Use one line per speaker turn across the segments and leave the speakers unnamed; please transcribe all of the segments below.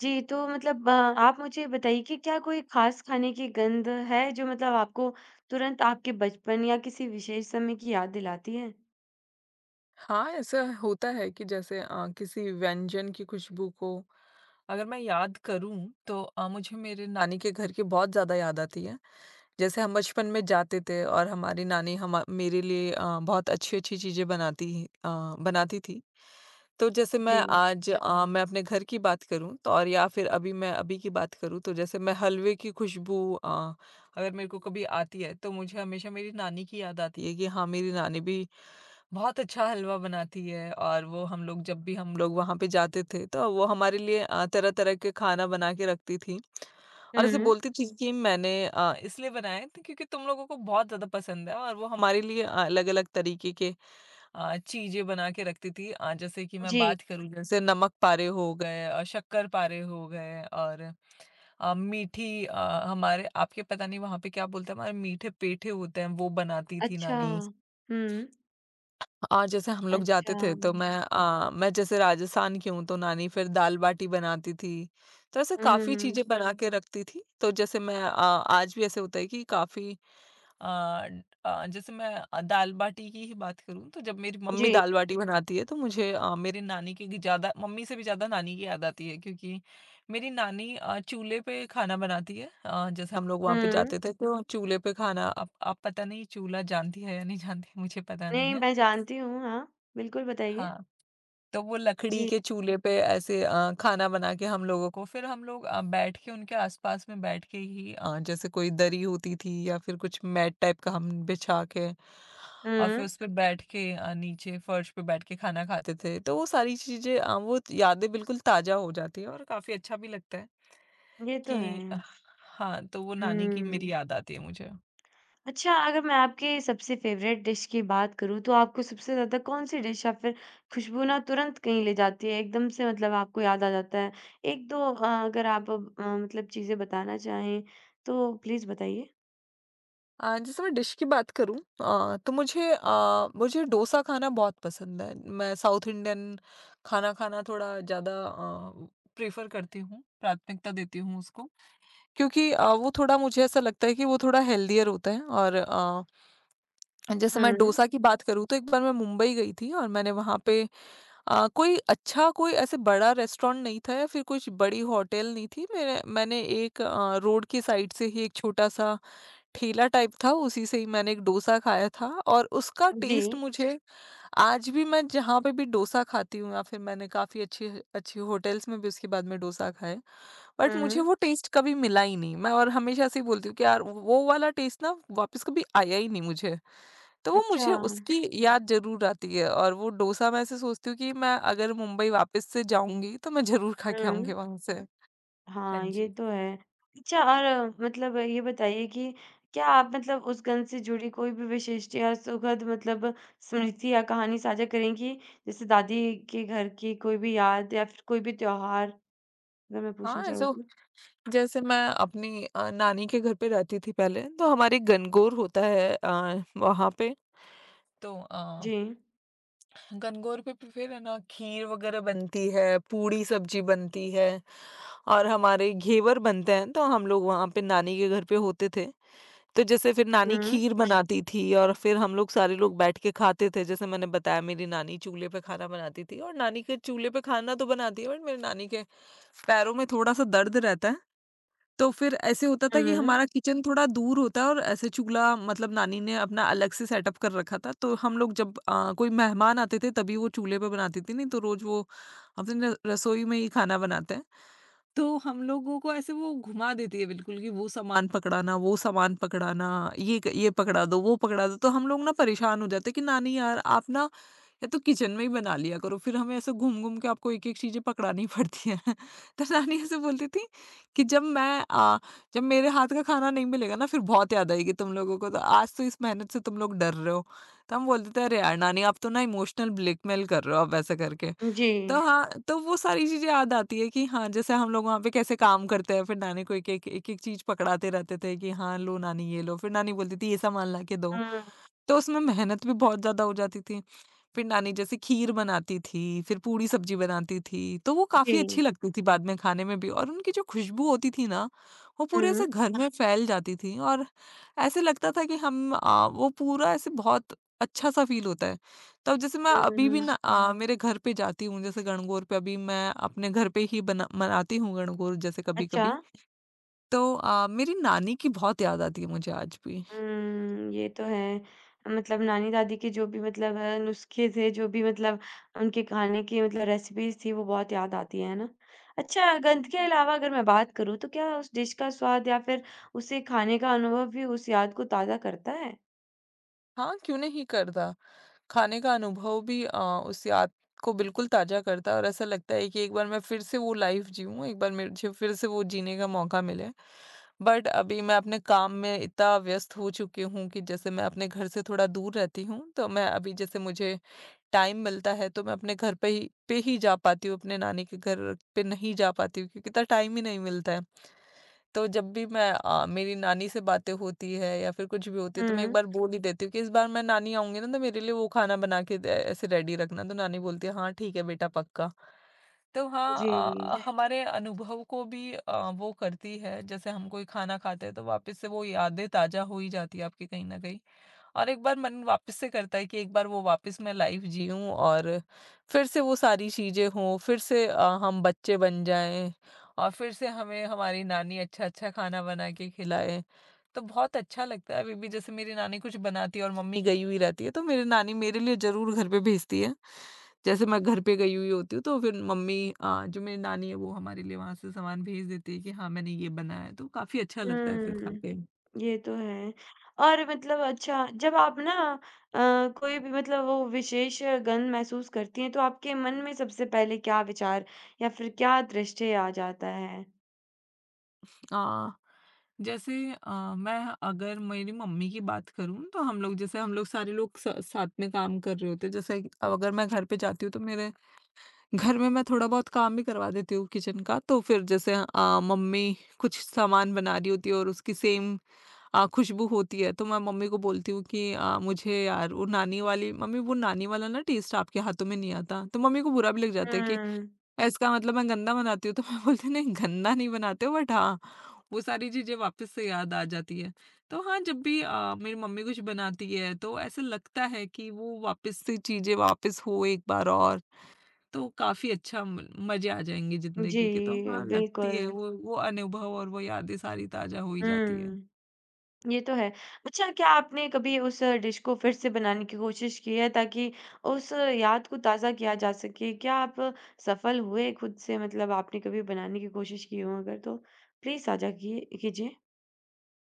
जी, तो मतलब आप मुझे बताइए कि क्या कोई खास खाने की गंध है, जो मतलब आपको तुरंत आपके बचपन या किसी विशेष समय की याद दिलाती है?
हाँ, ऐसा होता है कि जैसे किसी व्यंजन की खुशबू को अगर मैं याद करूँ तो मुझे मेरे नानी के घर की बहुत ज़्यादा याद आती है। जैसे हम बचपन में जाते थे और हमारी नानी हमा मेरे लिए बहुत अच्छी-अच्छी चीज़ें बनाती थी। तो जैसे
जी।
मैं अपने घर की बात करूँ, तो और या फिर अभी की बात करूँ तो जैसे मैं हलवे की खुशबू अगर मेरे को कभी आती है तो मुझे हमेशा मेरी नानी की याद आती है कि हाँ, मेरी नानी भी बहुत अच्छा हलवा बनाती है और वो हम लोग जब भी हम लोग वहाँ पे जाते थे तो वो हमारे लिए तरह-तरह के खाना बना के रखती थी और ऐसे
हुँ,
बोलती थी कि मैंने इसलिए बनाए थे क्योंकि तुम लोगों को बहुत ज़्यादा पसंद है और वो हमारे लिए अलग-अलग तरीके के चीज़ें बना के रखती थी। जैसे कि मैं
जी,
बात करूँ, जैसे नमक पारे हो गए और शक्कर पारे हो गए और हमारे आपके पता नहीं वहाँ पे क्या बोलते हैं, हमारे मीठे पेठे होते हैं, वो बनाती थी
अच्छा।
नानी।
हुँ,
और जैसे हम लोग जाते
अच्छा।
थे तो मैं, जैसे राजस्थान की हूँ, तो नानी फिर दाल-बाटी बनाती थी। तो ऐसे काफ़ी
हुँ,
चीज़ें बना के रखती थी। तो आज भी ऐसे होता है कि अ जैसे मैं दाल-बाटी की ही बात करूँ तो जब मेरी मम्मी
जी,
दाल-बाटी बनाती है तो मेरी नानी की ज़्यादा, मम्मी से भी ज़्यादा नानी की याद आती है क्योंकि मेरी नानी चूल्हे पे खाना बनाती है। जैसे हम लोग वहाँ पे
हुँ।
जाते थे तो चूल्हे पे खाना, अब पता नहीं चूल्हा जानती है या नहीं जानती, मुझे पता नहीं
नहीं,
है।
मैं जानती हूँ, हाँ। बिल्कुल, बताइए।
हाँ। तो वो लकड़ी
जी,
के चूल्हे पे ऐसे खाना बना के हम लोगों को, फिर हम लोग बैठ के उनके आसपास में बैठ के ही, जैसे कोई दरी होती थी या फिर कुछ मैट टाइप का हम बिछा के और फिर
हुँ,
उस पे बैठ के, नीचे फर्श पे बैठ के खाना खाते थे। तो वो सारी चीजें, वो यादें बिल्कुल ताजा हो जाती है और काफी अच्छा भी लगता है
ये तो है।
कि अ, हाँ। तो वो नानी की
हुँ।
मेरी याद आती है मुझे।
अच्छा, अगर मैं आपके सबसे फ़ेवरेट डिश की बात करूँ, तो आपको सबसे ज़्यादा कौन-सी डिश या फिर खुशबू ना तुरंत कहीं ले जाती है, एकदम से मतलब आपको याद आ जाता है? 1-2 अगर आप अब मतलब चीज़ें बताना चाहें, तो प्लीज़ बताइए।
जैसे मैं डिश की बात करूँ, तो मुझे डोसा खाना बहुत पसंद है। मैं साउथ इंडियन खाना खाना थोड़ा ज़्यादा प्रेफ़र करती हूँ, प्राथमिकता देती हूँ उसको। क्योंकि वो थोड़ा मुझे ऐसा लगता है कि वो थोड़ा हेल्दियर होता है। और जैसे मैं
हुँ।
डोसा की बात करूँ तो एक बार मैं मुंबई गई थी और मैंने वहाँ पे कोई अच्छा, कोई ऐसे बड़ा रेस्टोरेंट नहीं था या फिर कुछ बड़ी होटल नहीं थी। मेरे मैंने एक, रोड की साइड से ही एक छोटा-सा ठेला टाइप था, उसी से ही मैंने एक डोसा खाया था और उसका
जी।
टेस्ट मुझे आज भी, मैं जहाँ पे भी डोसा खाती हूँ या फिर मैंने काफ़ी अच्छी अच्छी होटल्स में भी उसके बाद में डोसा खाए, बट मुझे
हुँ।
वो टेस्ट कभी मिला ही नहीं। मैं और हमेशा से ही बोलती हूँ कि यार वो वाला टेस्ट ना वापस कभी आया ही नहीं मुझे। तो वो
अच्छा।
मुझे उसकी याद ज़रूर आती है और वो डोसा मैं ऐसे सोचती हूँ कि मैं अगर मुंबई वापस से जाऊँगी, तो मैं ज़रूर खा के आऊँगी
हुँ।
वहाँ से। हाँ
हाँ, ये
जी।
तो है। अच्छा और मतलब ये बताइए कि क्या आप मतलब उस गंध से जुड़ी कोई भी विशिष्ट या सुखद मतलब स्मृति या कहानी साझा करेंगी? जैसे दादी के घर की कोई भी याद या फिर कोई भी त्योहार अगर मैं पूछना
हाँ, ऐसे
चाहूँ तो?
जैसे मैं अपनी नानी के घर पे रहती थी पहले, तो हमारे गनगौर होता है वहाँ पे। तो
जी।
गनगौर पे भी फिर है ना, खीर वगैरह बनती है, पूड़ी सब्जी बनती है और हमारे घेवर बनते हैं। तो हम लोग वहाँ पे नानी के घर पे होते थे। तो जैसे फिर नानी
हुँ,
खीर बनाती थी और फिर हम लोग सारे लोग बैठ के खाते थे। जैसे मैंने बताया, मेरी नानी चूल्हे पे खाना बनाती थी और नानी के चूल्हे पे खाना तो बनाती है, बट मेरी नानी के पैरों में थोड़ा सा दर्द रहता है। तो फिर ऐसे होता था कि
हुँ,
हमारा किचन थोड़ा दूर होता है और ऐसे चूल्हा, मतलब नानी ने अपना अलग से सेटअप कर रखा था। तो हम लोग जब कोई मेहमान आते थे तभी वो चूल्हे पे बनाती थी, नहीं तो रोज़ वो अपनी र रसोई में ही खाना बनाते हैं। तो हम लोगों को ऐसे वो घुमा देती है बिल्कुल कि वो सामान पकड़ाना, ये पकड़ा दो, वो पकड़ा दो। तो हम लोग ना परेशान हो जाते हैं कि नानी यार, आप ना या तो किचन में ही बना लिया करो, फिर हमें ऐसे घूम-घूम के आपको एक-एक चीज़ें पकड़ानी पड़ती हैं। तो नानी ऐसे बोलती थी कि जब मेरे हाथ का खाना नहीं मिलेगा ना, फिर बहुत याद आएगी तुम लोगों को, तो आज तो इस मेहनत से तुम लोग डर रहे हो। तो हम बोलते थे, "अरे यार नानी, आप तो ना इमोशनल ब्लैकमेल कर रहे हो आप वैसा करके।"
जी।
तो हाँ, तो वो सारी चीज़ें याद आती है कि हाँ, जैसे हम लोग वहाँ पे कैसे काम करते हैं, फिर नानी को एक-एक एक-एक चीज़ पकड़ाते रहते थे कि हाँ, लो नानी ये लो, फिर नानी बोलती थी, "ये सामान ला के दो।"
हुँ,
तो उसमें मेहनत भी बहुत ज़्यादा हो जाती थी। फिर नानी जैसे खीर बनाती थी, फिर पूड़ी सब्जी बनाती थी, तो वो
जी।
काफ़ी अच्छी लगती थी बाद में खाने में भी, और उनकी जो खुशबू होती थी ना, वो पूरे ऐसे
हुँ,
घर में फैल जाती थी और ऐसे लगता था कि वो पूरा ऐसे बहुत अच्छा-सा फ़ील होता है। तब जैसे मैं
हुँ,
अभी भी
हुँ।
ना, हाँ। मेरे घर पे जाती हूँ, जैसे गणगौर पे अभी मैं अपने घर पे ही बना मनाती हूँ गणगौर, जैसे
अच्छा।
कभी-कभी। तो मेरी नानी की बहुत याद आती है मुझे आज भी।
हुँ, ये तो है। मतलब नानी-दादी के जो भी मतलब नुस्खे थे, जो भी मतलब उनके खाने की मतलब रेसिपीज़ थी, वो बहुत याद आती हैं, है ना? अच्छा, गंध के अलावा अगर मैं बात करूँ, तो क्या उस डिश का स्वाद या फिर उसे खाने का अनुभव भी उस याद को ताज़ा करता है?
हाँ, क्यों नहीं करता? खाने का अनुभव भी, उस याद को बिल्कुल ताज़ा करता है, और ऐसा लगता है कि एक बार मैं फिर से वो लाइफ़ जीऊँ, एक बार मुझे फिर से वो जीने का मौका मिले। बट अभी मैं अपने काम में इतना व्यस्त हो चुकी हूँ कि जैसे मैं अपने घर से थोड़ा दूर रहती हूँ, तो मैं अभी, जैसे मुझे टाइम मिलता है तो मैं अपने घर पे ही जा पाती हूँ, अपने नानी के घर पे नहीं जा पाती हूँ क्योंकि इतना टाइम ही नहीं मिलता है। तो जब भी मेरी नानी से बातें होती है या फिर कुछ भी होती है तो मैं एक
हुँ,
बार बोल ही देती हूँ कि इस बार मैं नानी आऊँगी ना, तो मेरे लिए वो खाना ऐसे रेडी रखना, तो नानी बोलती है हाँ ठीक है बेटा, पक्का। तो हाँ,
जी।
हमारे अनुभव को भी वो करती है, जैसे हम कोई खाना खाते हैं तो वापस से वो यादें ताजा हो ही जाती है आपकी कहीं ना कहीं। और एक बार मन वापस से करता है कि एक बार वो वापस मैं लाइफ जीऊँ और फिर से वो सारी चीज़ें हों, फिर से हम बच्चे बन जाएँ और फिर से हमें हमारी नानी अच्छा-अच्छा खाना बना के खिलाए। तो बहुत अच्छा लगता है अभी भी, जैसे मेरी नानी कुछ बनाती है और मम्मी गई हुई रहती है, तो मेरी नानी मेरे लिए ज़रूर घर पे भेजती है। जैसे मैं घर पे गई हुई होती हूँ तो फिर जो मेरी नानी है वो हमारे लिए वहाँ से सामान भेज देती है कि हाँ, मैंने ये बनाया है, तो काफ़ी अच्छा लगता है फिर खा
हुँ।
के।
ये तो है। और मतलब अच्छा जब आप ना कोई भी मतलब वो विशेष गंध महसूस करती हैं तो आपके मन में सबसे पहले क्या विचार या फिर क्या दृश्य आ जाता है?
अ मैं, अगर मेरी मम्मी की बात करूँ तो हम लोग, जैसे हम लोग सारे लोग साथ में काम कर रहे होते हैं, जैसे कि अब अगर मैं घर पे जाती हूँ तो मेरे घर में मैं थोड़ा बहुत काम भी करवा देती हूँ किचन का, तो फिर जैसे मम्मी कुछ सामान बना रही होती है और उसकी सेम खुशबू होती है, तो मैं मम्मी को बोलती हूँ कि मुझे यार वो नानी वाली मम्मी, वो नानी वाला ना टेस्ट आपके हाथों में नहीं आता, तो मम्मी को बुरा भी लग जाता है कि
हुँ।
इसका मतलब मैं गंदा बनाती हूँ, तो मैं बोलती हूँ, नहीं गंदा नहीं बनाते हो, बट हाँ, वो सारी चीज़ें वापस से याद आ जाती है। तो हाँ, जब भी मेरी मम्मी कुछ बनाती है तो ऐसा लगता है कि वो वापस से चीज़ें वापस हो एक बार और, तो काफ़ी अच्छा, म मज़े आ जाएँगे
जी,
ज़िंदगी के। तो हाँ, लगती है
बिल्कुल।
वो अनुभव और वो यादें सारी ताज़ा हो ही जाती है।
हुँ, ये तो है। अच्छा क्या आपने कभी उस डिश को फिर से बनाने की कोशिश की है ताकि उस याद को ताज़ा किया जा सके? क्या आप सफल हुए खुद से मतलब आपने कभी बनाने की कोशिश की हो अगर तो प्लीज़ साझा किए कीजिए?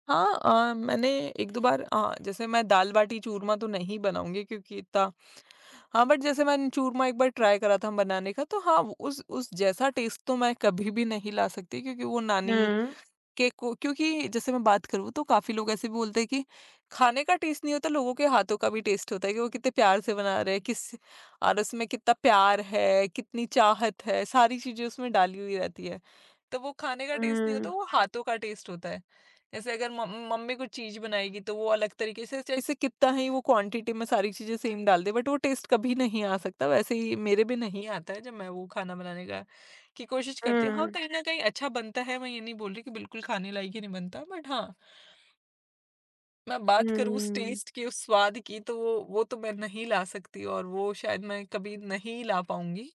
हाँ, मैंने 1-2 बार, जैसे मैं दाल-बाटी चूरमा तो नहीं बनाऊँगी क्योंकि इतना, हाँ, बट जैसे मैंने चूरमा एक बार ट्राई करा था बनाने का, तो हाँ, उस जैसा टेस्ट तो मैं कभी भी नहीं ला सकती क्योंकि वो नानी
हुँ।
के को क्योंकि जैसे मैं बात करूँ तो काफ़ी लोग ऐसे भी बोलते हैं कि खाने का टेस्ट नहीं होता, लोगों के हाथों का भी टेस्ट होता है कि वो कितने प्यार से बना रहे हैं, किस और उसमें कितना प्यार है, कितनी चाहत है, सारी चीज़ें उसमें डाली हुई रहती है। तो वो खाने का टेस्ट नहीं होता,
हुँ,
वो हाथों का टेस्ट होता है। जैसे अगर मम मम्मी कुछ चीज़ बनाएगी तो वो अलग तरीके से जैसे कितना ही वो क्वांटिटी में सारी चीज़ें सेम डाल दे बट वो टेस्ट कभी नहीं आ सकता। वैसे ही मेरे भी नहीं आता है जब मैं वो खाना बनाने का की कोशिश करती हूँ। हाँ,
हुँ,
कहीं न कहीं अच्छा बनता है, मैं ये नहीं बोल रही कि बिल्कुल खाने लायक ही नहीं बनता बट हाँ। मैं बात करूँ उस
हुँ।
टेस्ट की, उस स्वाद की तो वो तो मैं नहीं ला सकती और वो शायद मैं कभी नहीं ला पाऊँगी।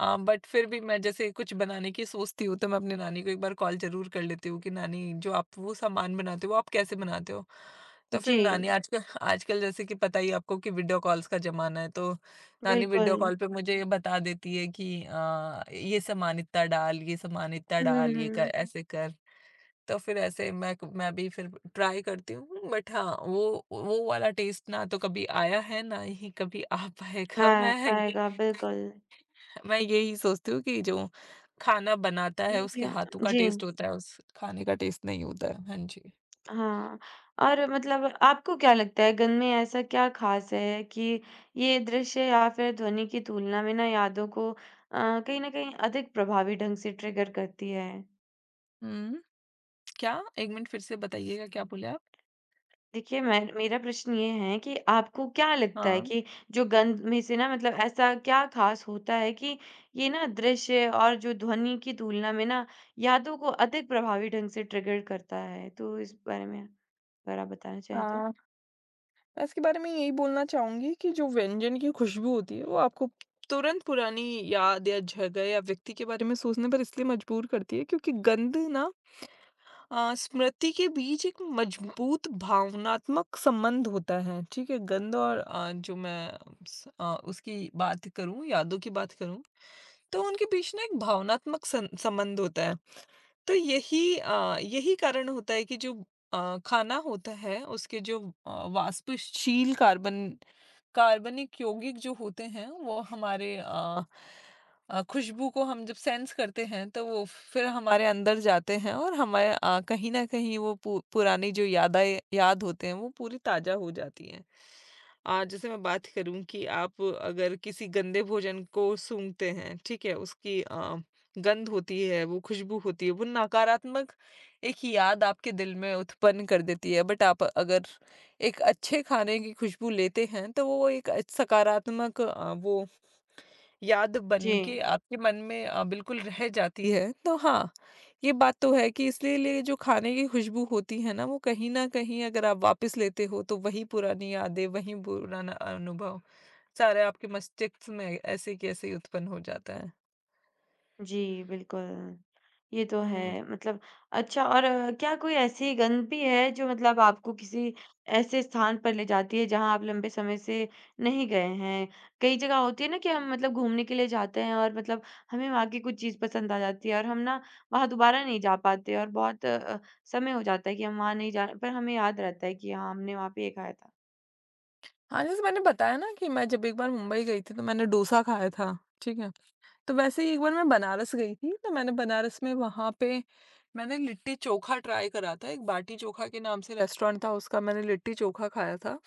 बट फिर भी मैं जैसे कुछ बनाने की सोचती हूँ तो मैं अपनी नानी को एक बार कॉल ज़रूर कर लेती हूँ कि नानी जो आप वो सामान बनाते हो वो आप कैसे बनाते हो? तो फिर नानी
जी,
आजकल आजकल जैसे कि पता ही है आपको कि वीडियो कॉल्स का ज़माना है तो नानी वीडियो
बिल्कुल।
कॉल पे मुझे ये बता देती है कि ये सामान इतना डाल, ये सामान इतना डाल, ये कर,
हुँ,
ऐसे कर। तो फिर ऐसे मैं भी फिर ट्राई करती हूँ बट हाँ, वो वाला टेस्ट ना तो कभी आया है, ना ही कभी आ
आ
पाएगा।
पाएगा, बिल्कुल।
मैं यही सोचती हूँ कि जो खाना बनाता है, उसके
या
हाथों का
जी,
टेस्ट होता है, उस खाने का टेस्ट नहीं होता है। हाँ जी।
हाँ। और मतलब आपको क्या लगता है गन में ऐसा क्या ख़ास है कि ये दृश्य या फिर ध्वनि की तुलना में ना यादों को कहीं न कहीं अधिक प्रभावी ढंग से ट्रिगर करती है?
हुँ, क्या? 1 मिनट फिर से बताइएगा, क्या बोले आप?
देखिए, मैं मेरा प्रश्न ये है कि आपको क्या लगता है
हाँ।
कि जो गंध में से ना मतलब ऐसा क्या ख़ास होता है कि ये ना दृश्य और जो ध्वनि की तुलना में ना यादों को अधिक प्रभावी ढंग से ट्रिगर करता है? तो इस बारे में अगर आप बताना
अ,
चाहें तो?
मैं इसके बारे में यही बोलना चाहूँगी कि जो व्यंजन की खुशबू होती है, वो आपको तुरंत पुरानी याद या जगह या व्यक्ति के बारे में सोचने पर इसलिए मजबूर करती है क्योंकि गंध ना स्मृति के बीच एक मजबूत भावनात्मक संबंध होता है, ठीक है? गंध और जो मैं उसकी बात करूँ, यादों की बात करूँ, तो उनके बीच ना एक भावनात्मक सं संबंध होता है। तो यही यही कारण होता है कि जो खाना होता है, उसके जो वाष्पशील कार्बनिक यौगिक जो होते हैं वो हमारे खुशबू को हम जब सेंस करते हैं तो वो फिर हमारे अंदर जाते हैं और हमारे कहीं ना कहीं वो पुरानी जो यादें याद होते हैं वो पूरी ताजा हो जाती हैं आ, जैसे मैं बात करूं कि आप अगर किसी गंदे भोजन को सूंघते हैं, ठीक है? उसकी गंध होती है, वो खुशबू होती है, वो नकारात्मक एक याद आपके दिल में उत्पन्न कर देती है। बट आप अगर एक अच्छे खाने की खुशबू लेते हैं, तो वो एक सकारात्मक वो याद बन
जी।
के आपके मन में बिल्कुल रह जाती है। तो हाँ, ये बात तो है कि इसलिए लिए जो खाने की खुशबू होती है ना, वो कहीं न कहीं अगर आप वापस लेते हो, तो वही पुरानी यादें, वही पुराना अनुभव, सारे आपके मस्तिष्क में ऐसे के ऐसे ही उत्पन्न हो जाता है।
जी, बिल्कुल। ये तो है।
हुँ।
मतलब अच्छा और क्या कोई ऐसी गंध भी है जो मतलब आपको किसी ऐसे स्थान पर ले जाती है जहाँ आप लंबे समय से नहीं गए हैं? कई जगह होती है ना कि हम मतलब घूमने के लिए जाते हैं और मतलब हमें वहाँ की कुछ चीज़ पसंद आ जाती है और हम ना वहाँ दोबारा नहीं जा पाते और बहुत समय हो जाता है कि हम वहाँ नहीं जा पर हमें याद रहता है कि हाँ, हमने वहाँ पे ये खाया था।
हाँ, जैसे मैंने बताया ना कि मैं जब एक बार मुंबई गई थी, तो मैंने डोसा खाया था, ठीक है? तो वैसे ही एक बार मैं बनारस गई थी, तो मैंने बनारस में वहाँ पे मैंने लिट्टी चोखा ट्राई करा था, एक बाटी चोखा के नाम से रेस्टोरेंट था उसका, मैंने लिट्टी चोखा खाया था।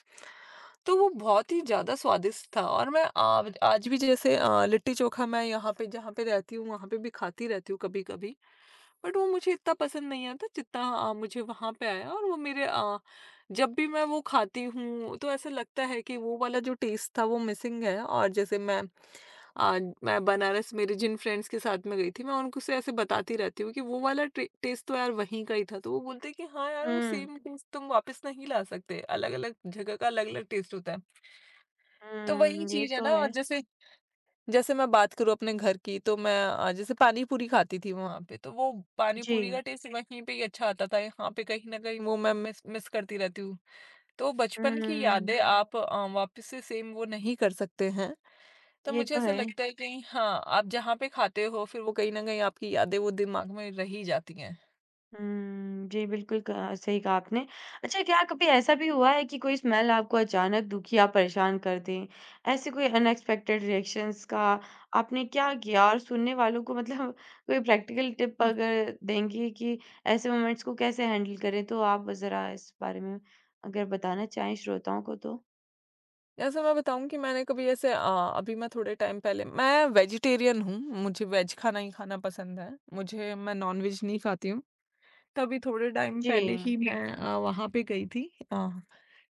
तो वो बहुत ही ज़्यादा स्वादिष्ट था और मैं आज आज भी जैसे लिट्टी चोखा मैं यहाँ पे जहाँ पे रहती हूँ, वहाँ पे भी खाती रहती हूँ कभी-कभी। बट वो मुझे इतना पसंद नहीं आता जितना मुझे वहाँ पे आया और वो मेरे जब भी मैं वो खाती हूँ, तो ऐसा लगता है कि वो वाला जो टेस्ट था वो मिसिंग है। और जैसे अ, मैं बनारस मेरे जिन फ्रेंड्स के साथ में गई थी, मैं उनको से ऐसे बताती रहती हूँ कि वो वाला टे टेस्ट तो यार वहीं का ही था। तो वो बोलते हैं कि हाँ यार, वो
हुँ।
सेम टेस्ट तुम वापस नहीं ला सकते, अलग-अलग जगह का अलग-अलग टेस्ट होता है। तो वही
हुँ, ये
चीज़ है
तो
ना। और
है।
जैसे जैसे मैं बात करूँ अपने घर की तो मैं जैसे पानी पूरी खाती थी वहाँ पे, तो वो पानी
जी।
पूरी का टेस्ट वहीं पे ही अच्छा आता था। यहाँ पे कहीं न कहीं वो मैं मिस मिस करती रहती हूँ। तो बचपन की
हुँ,
यादें आप वापस से सेम वो नहीं कर सकते हैं। तो
ये
मुझे
तो
ऐसा
है।
लगता है कि हाँ, आप जहाँ पे खाते हो फिर वो कहीं न कहीं आपकी यादें वो दिमाग में रह ही जाती हैं।
हुँ, जी, बिल्कुल कहा सही कहा आपने। अच्छा क्या कभी ऐसा भी हुआ है कि कोई स्मेल आपको अचानक दुखी या परेशान कर दे? ऐसे कोई अनएक्सपेक्टेड रिएक्शंस का आपने क्या किया? और सुनने वालों को मतलब कोई प्रैक्टिकल टिप
हुँ।
अगर देंगी कि ऐसे मोमेंट्स को कैसे हैंडल करें? तो आप ज़रा इस बारे में अगर बताना चाहें श्रोताओं को तो?
जैसे मैं बताऊँ कि मैंने कभी ऐसे अभी मैं थोड़े टाइम पहले, मैं वेजिटेरियन हूँ, मुझे वेज खाना ही खाना पसंद है। मुझे मैं नॉन-वेज नहीं खाती हूँ। तभी थोड़े टाइम
जी।
पहले ही मैं वहाँ पे गई थी, अ,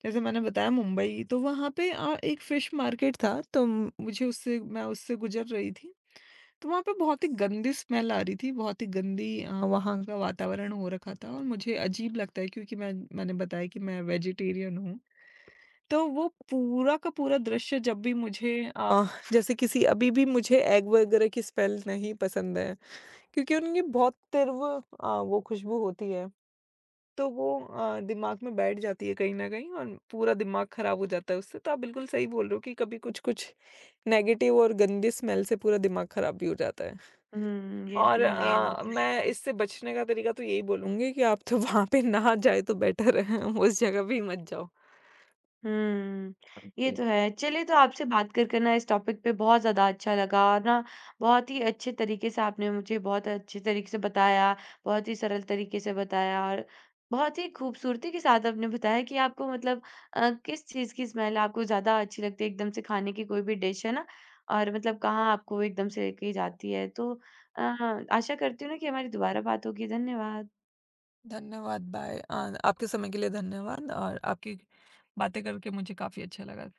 जैसे मैंने बताया मुंबई, तो वहाँ पे एक फिश मार्केट था तो मुझे उससे मैं उससे गुज़र रही थी। तो वहाँ पे बहुत ही गंदी स्मेल आ रही थी, बहुत ही गंदी वहाँ का वातावरण हो रखा था और मुझे अजीब लगता है क्योंकि मैंने बताया कि मैं वेजिटेरियन हूँ। तो वो पूरा का पूरा दृश्य जब भी मुझे जैसे किसी अभी भी मुझे एग वगैरह की स्मेल नहीं पसंद है, क्योंकि उनकी बहुत तीव्र वो खुशबू होती है। तो वो दिमाग में बैठ जाती है कहीं न कहीं और पूरा दिमाग खराब हो जाता है उससे। तो आप बिल्कुल सही बोल रहे हो कि कभी कुछ-कुछ नेगेटिव और गंदी स्मेल से पूरा दिमाग खराब भी हो जाता है।
हुँ, ये
और
तो है।
मैं इससे बचने का तरीका तो यही बोलूँगी कि आप तो वहाँ पे ना जाए तो बेटर है, उस जगह भी मत जाओ।
हुँ, ये
जी,
तो है। चलिए तो आपसे बात कर कर ना इस टॉपिक पे बहुत ज़्यादा अच्छा लगा और ना बहुत ही अच्छे तरीके से आपने मुझे बहुत अच्छे तरीके से बताया, बहुत ही सरल तरीके से बताया और बहुत ही खूबसूरती के साथ आपने बताया कि आपको मतलब किस चीज़ की स्मेल आपको ज़्यादा अच्छी लगती है एकदम से खाने की कोई भी डिश है ना और मतलब कहाँ आपको वो एकदम से लेके जाती है। तो अ, आशा करती हूँ ना कि हमारी दोबारा बात होगी। धन्यवाद।
धन्यवाद, बाय। आपके समय के लिए धन्यवाद और आपकी बातें करके मुझे काफ़ी अच्छा लगा।